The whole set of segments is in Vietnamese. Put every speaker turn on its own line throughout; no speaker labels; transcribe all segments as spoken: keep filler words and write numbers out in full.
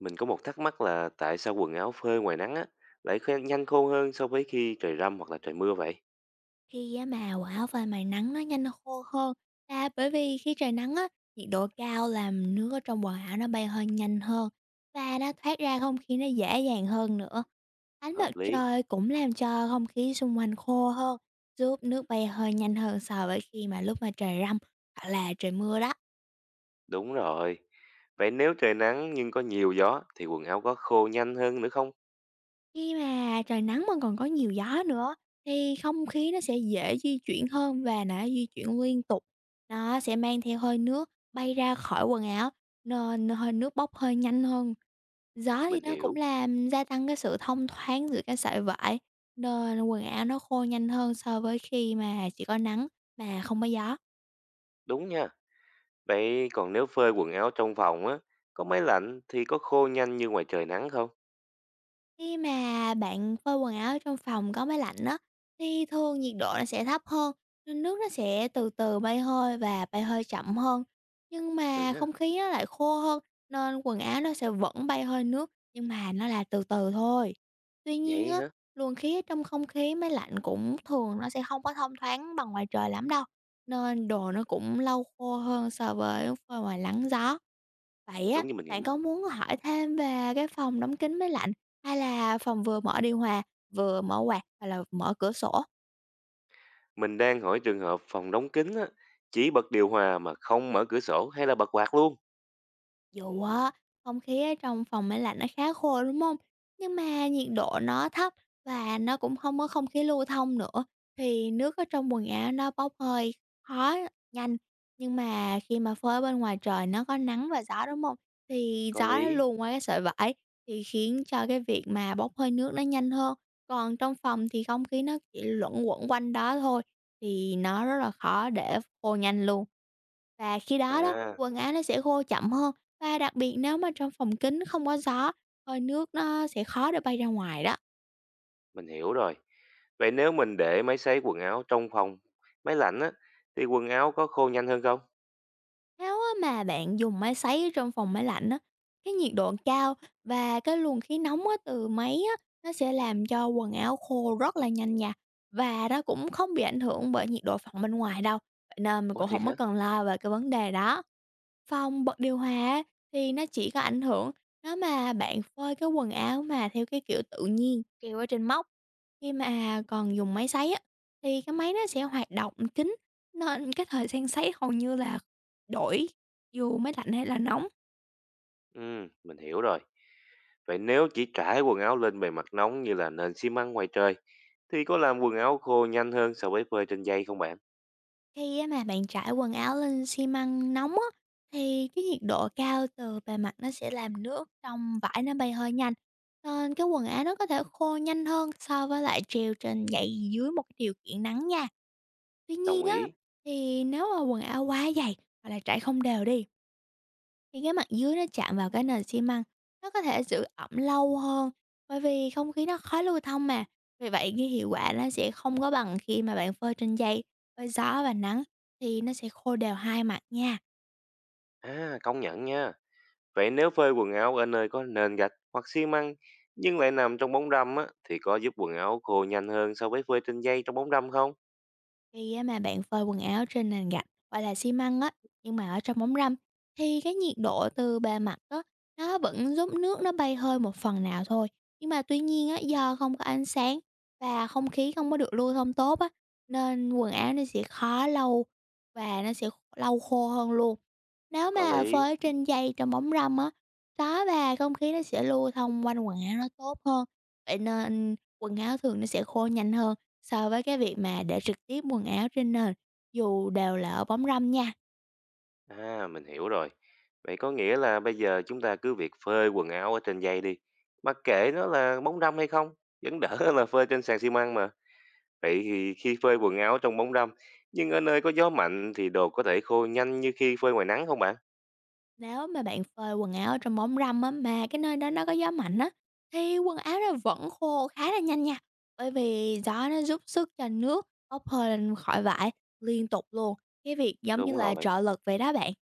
Mình có một thắc mắc là tại sao quần áo phơi ngoài nắng á lại khô- nhanh khô hơn so với khi trời râm hoặc là trời mưa vậy?
Khi á mà quần áo phơi ngoài nắng nó nhanh khô hơn, là bởi vì khi trời nắng á, nhiệt độ cao làm nước ở trong quần áo nó bay hơi nhanh hơn và nó thoát ra không khí nó dễ dàng hơn nữa. Ánh
Hợp
mặt
lý.
trời cũng làm cho không khí xung quanh khô hơn, giúp nước bay hơi nhanh hơn so với khi mà lúc mà trời râm hoặc là trời mưa đó.
Đúng rồi. Vậy nếu trời nắng nhưng có nhiều gió thì quần áo có khô nhanh hơn nữa không?
Khi mà trời nắng mà còn có nhiều gió nữa thì không khí nó sẽ dễ di chuyển hơn và nó di chuyển liên tục. Nó sẽ mang theo hơi nước bay ra khỏi quần áo nên hơi nước bốc hơi nhanh hơn. Gió thì
Mình
nó
hiểu.
cũng làm gia tăng cái sự thông thoáng giữa cái sợi vải nên quần áo nó khô nhanh hơn so với khi mà chỉ có nắng mà không có gió.
Đúng nha. Vậy còn nếu phơi quần áo trong phòng á, có máy lạnh thì có khô nhanh như ngoài trời nắng không?
Khi mà bạn phơi quần áo trong phòng có máy lạnh đó, thì thường nhiệt độ nó sẽ thấp hơn, nên nước nó sẽ từ từ bay hơi và bay hơi chậm hơn. Nhưng
Ừ
mà
ha.
không khí nó lại khô hơn, nên quần áo nó sẽ vẫn bay hơi nước, nhưng mà nó là từ từ thôi. Tuy nhiên
Vậy
á,
hả?
luồng khí ở trong không khí máy lạnh cũng thường nó sẽ không có thông thoáng bằng ngoài trời lắm đâu, nên đồ nó cũng lâu khô hơn so với phơi ngoài nắng gió. Vậy á,
Đúng như mình
bạn
nghĩ.
có muốn hỏi thêm về cái phòng đóng kín máy lạnh, hay là phòng vừa mở điều hòa, vừa mở quạt, hoặc là mở cửa sổ?
Mình đang hỏi trường hợp phòng đóng kín á, chỉ bật điều hòa mà không mở cửa sổ hay là bật quạt luôn.
Dù á, không khí ở trong phòng máy lạnh nó khá khô, đúng không? Nhưng mà nhiệt độ nó thấp và nó cũng không có không khí lưu thông nữa, thì nước ở trong quần áo nó bốc hơi khó, nhanh. Nhưng mà khi mà phơi bên ngoài trời nó có nắng và gió, đúng không? Thì
Có
gió nó
lý.
luồn qua cái sợi vải, thì khiến cho cái việc mà bốc hơi nước nó nhanh hơn. Còn trong phòng thì không khí nó chỉ luẩn quẩn quanh đó thôi, thì nó rất là khó để khô nhanh luôn. Và khi đó đó,
À.
quần áo nó sẽ khô chậm hơn, và đặc biệt nếu mà trong phòng kín không có gió, hơi nước nó sẽ khó để bay ra ngoài đó.
Mình hiểu rồi. Vậy nếu mình để máy sấy quần áo trong phòng máy lạnh á thì quần áo có khô nhanh hơn không?
Nếu á mà bạn dùng máy sấy ở trong phòng máy lạnh á, cái nhiệt độ cao và cái luồng khí nóng á từ máy á, nó sẽ làm cho quần áo khô rất là nhanh nha, và nó cũng không bị ảnh hưởng bởi nhiệt độ phòng bên ngoài đâu, vậy nên mình
Ủa
cũng
thiệt
không có
hả?
cần lo về cái vấn đề đó. Phòng bật điều hòa thì nó chỉ có ảnh hưởng nếu mà bạn phơi cái quần áo mà theo cái kiểu tự nhiên, kiểu ở trên móc. Khi mà còn dùng máy sấy á, thì cái máy nó sẽ hoạt động kín, nên cái thời gian sấy hầu như là đổi dù máy lạnh hay là nóng.
Ừ, mình hiểu rồi. Vậy nếu chỉ trải quần áo lên bề mặt nóng như là nền xi măng ngoài trời thì có làm quần áo khô nhanh hơn so với phơi trên giày không bạn?
Khi á mà bạn trải quần áo lên xi măng nóng á, thì cái nhiệt độ cao từ bề mặt nó sẽ làm nước trong vải nó bay hơi nhanh, nên cái quần áo nó có thể khô nhanh hơn so với lại treo trên gậy dưới một cái điều kiện nắng nha. Tuy
Đồng
nhiên á,
ý.
thì nếu mà quần áo quá dày hoặc là trải không đều đi, thì cái mặt dưới nó chạm vào cái nền xi măng, nó có thể giữ ẩm lâu hơn, bởi vì không khí nó khó lưu thông mà. Vì vậy cái hiệu quả nó sẽ không có bằng khi mà bạn phơi trên giày, với gió và nắng thì nó sẽ khô đều hai mặt nha.
À, công nhận nha. Vậy nếu phơi quần áo ở nơi có nền gạch hoặc xi măng nhưng lại nằm trong bóng râm á thì có giúp quần áo khô nhanh hơn so với phơi trên giày trong bóng râm không?
Khi á mà bạn phơi quần áo trên nền gạch hoặc là xi măng á, nhưng mà ở trong bóng râm thì cái nhiệt độ từ bề mặt á nó vẫn giúp nước nó bay hơi một phần nào thôi. Nhưng mà tuy nhiên á, do không có ánh sáng và không khí không có được lưu thông tốt á nên quần áo nó sẽ khó lâu và nó sẽ lâu khô hơn luôn. Nếu
Có
mà
lý.
phơi trên giày trong bóng râm á, gió và không khí nó sẽ lưu thông quanh quần áo nó tốt hơn. Vậy nên quần áo thường nó sẽ khô nhanh hơn so với cái việc mà để trực tiếp quần áo trên nền, dù đều là ở bóng râm nha.
À, mình hiểu rồi. Vậy có nghĩa là bây giờ chúng ta cứ việc phơi quần áo ở trên giày đi. Mặc kệ nó là bóng râm hay không, vẫn đỡ hơn là phơi trên sàn xi măng mà. Vậy thì khi phơi quần áo trong bóng râm, nhưng ở nơi có gió mạnh thì đồ có thể khô nhanh như khi phơi ngoài nắng không bạn?
Nếu mà bạn phơi quần áo ở trong bóng râm á, mà cái nơi đó nó có gió mạnh á, thì quần áo nó vẫn khô khá là nhanh nha. Bởi vì gió nó giúp sức cho nước bốc hơi lên khỏi vải liên tục luôn, cái việc giống như
Đúng
là
rồi,
trợ lực vậy đó bạn.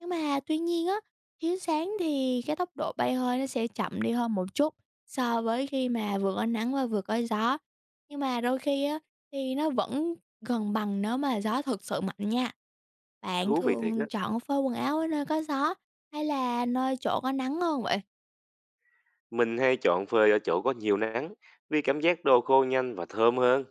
Nhưng mà tuy nhiên á, chiếu sáng thì cái tốc độ bay hơi nó sẽ chậm đi hơn một chút so với khi mà vừa có nắng và vừa có gió. Nhưng mà đôi khi á, thì nó vẫn gần bằng nếu mà gió thực sự mạnh nha. Bạn
thú vị thiệt á.
thường chọn phơi quần áo ở nơi có gió hay là nơi chỗ có nắng hơn vậy?
Mình hay chọn phơi ở chỗ có nhiều nắng vì cảm giác đồ khô nhanh và thơm hơn.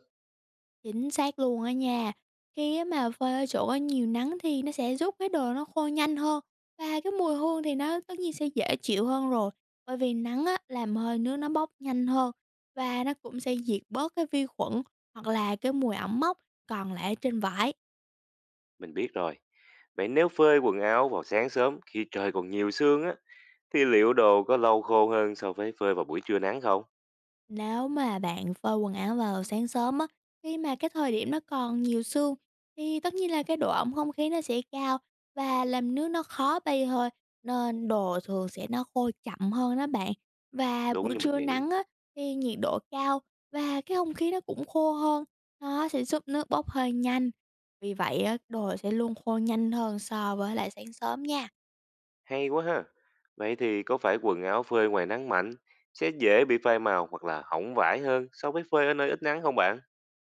Chính xác luôn á nha. Khi á mà phơi ở chỗ có nhiều nắng thì nó sẽ giúp cái đồ nó khô nhanh hơn và cái mùi hương thì nó tất nhiên sẽ dễ chịu hơn rồi. Bởi vì nắng á, làm hơi nước nó bốc nhanh hơn và nó cũng sẽ diệt bớt cái vi khuẩn hoặc là cái mùi ẩm mốc còn lại ở trên vải.
Mình biết rồi. Vậy nếu phơi quần áo vào sáng sớm khi trời còn nhiều sương á, thì liệu đồ có lâu khô hơn so với phơi vào buổi trưa nắng không?
Nếu mà bạn phơi quần áo vào sáng sớm á, khi mà cái thời điểm nó còn nhiều sương thì tất nhiên là cái độ ẩm không khí nó sẽ cao và làm nước nó khó bay hơi nên đồ thường sẽ nó khô chậm hơn đó bạn. Và
Đúng
buổi
như mình
trưa
nghĩ.
nắng á, thì nhiệt độ cao và cái không khí nó cũng khô hơn, nó sẽ giúp nước bốc hơi nhanh. Vì vậy á, đồ sẽ luôn khô nhanh hơn so với lại sáng sớm nha.
Hay quá ha. Vậy thì có phải quần áo phơi ngoài nắng mạnh sẽ dễ bị phai màu hoặc là hỏng vải hơn so với phơi ở nơi ít nắng không bạn?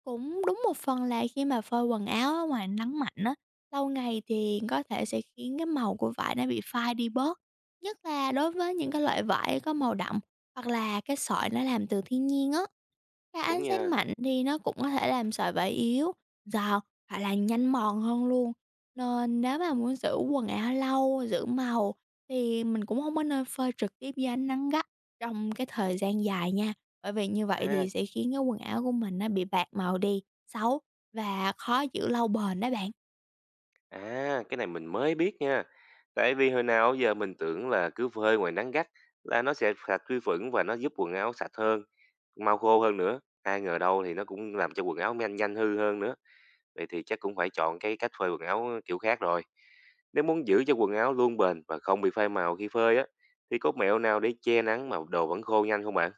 Cũng đúng một phần là khi mà phơi quần áo ở ngoài nắng mạnh á, lâu ngày thì có thể sẽ khiến cái màu của vải nó bị phai đi bớt, nhất là đối với những cái loại vải có màu đậm hoặc là cái sợi nó làm từ thiên nhiên á. Cái
Đúng
ánh sáng
nha.
mạnh thì nó cũng có thể làm sợi vải yếu, giọt hoặc là nhanh mòn hơn luôn. Nên nếu mà muốn giữ quần áo lâu, giữ màu thì mình cũng không có nên phơi trực tiếp dưới ánh nắng gắt trong cái thời gian dài nha. Bởi vì như vậy
À,
thì sẽ khiến cái quần áo của mình nó bị bạc màu đi, xấu và khó giữ lâu bền đó bạn.
à, cái này mình mới biết nha. Tại vì hồi nào giờ mình tưởng là cứ phơi ngoài nắng gắt là nó sẽ sạch vi khuẩn và nó giúp quần áo sạch hơn, mau khô hơn nữa. Ai ngờ đâu thì nó cũng làm cho quần áo nhanh nhanh hư hơn nữa. Vậy thì chắc cũng phải chọn cái cách phơi quần áo kiểu khác rồi. Nếu muốn giữ cho quần áo luôn bền và không bị phai màu khi phơi á, thì có mẹo nào để che nắng mà đồ vẫn khô nhanh không bạn?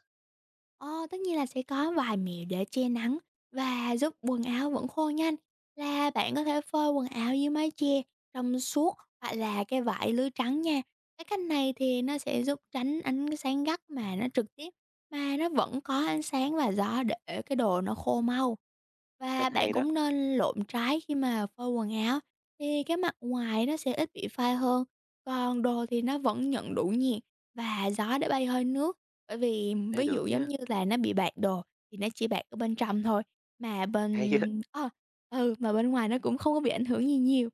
Ờ, tất nhiên là sẽ có vài mẹo để che nắng và giúp quần áo vẫn khô nhanh, là bạn có thể phơi quần áo dưới mái che trong suốt hoặc là cái vải lưới trắng nha. Cái cách này thì nó sẽ giúp tránh ánh sáng gắt mà nó trực tiếp, mà nó vẫn có ánh sáng và gió để cái đồ nó khô mau. Và
Cách
bạn
hay đó.
cũng nên lộn trái khi mà phơi quần áo thì cái mặt ngoài nó sẽ ít bị phai hơn, còn đồ thì nó vẫn nhận đủ nhiệt và gió để bay hơi nước. Bởi vì
Ê,
ví
được
dụ giống
nha.
như là nó bị bạc đồ thì nó chỉ bạc ở bên trong thôi, mà
Hay á.
bên ờ, ừ, mà bên ngoài nó cũng không có bị ảnh hưởng gì nhiều.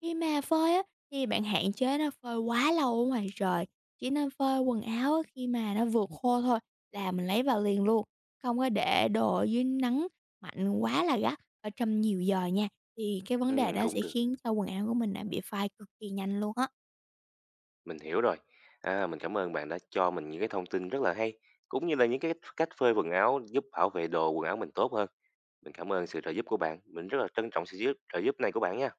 Khi mà phơi á, thì bạn hạn chế nó phơi quá lâu ở ngoài trời, chỉ nên phơi quần áo á khi mà nó vượt khô thôi là mình lấy vào liền luôn, không có để đồ ở dưới nắng mạnh quá là gắt ở trong nhiều giờ nha, thì cái vấn đề
Ừ,
đó
cũng
sẽ
được.
khiến cho quần áo của mình, à, bị phai cực kỳ nhanh luôn á.
Mình hiểu rồi. À, mình cảm ơn bạn đã cho mình những cái thông tin rất là hay, cũng như là những cái cách phơi quần áo giúp bảo vệ đồ quần áo mình tốt hơn. Mình cảm ơn sự trợ giúp của bạn. Mình rất là trân trọng sự giúp, trợ giúp này của bạn nha.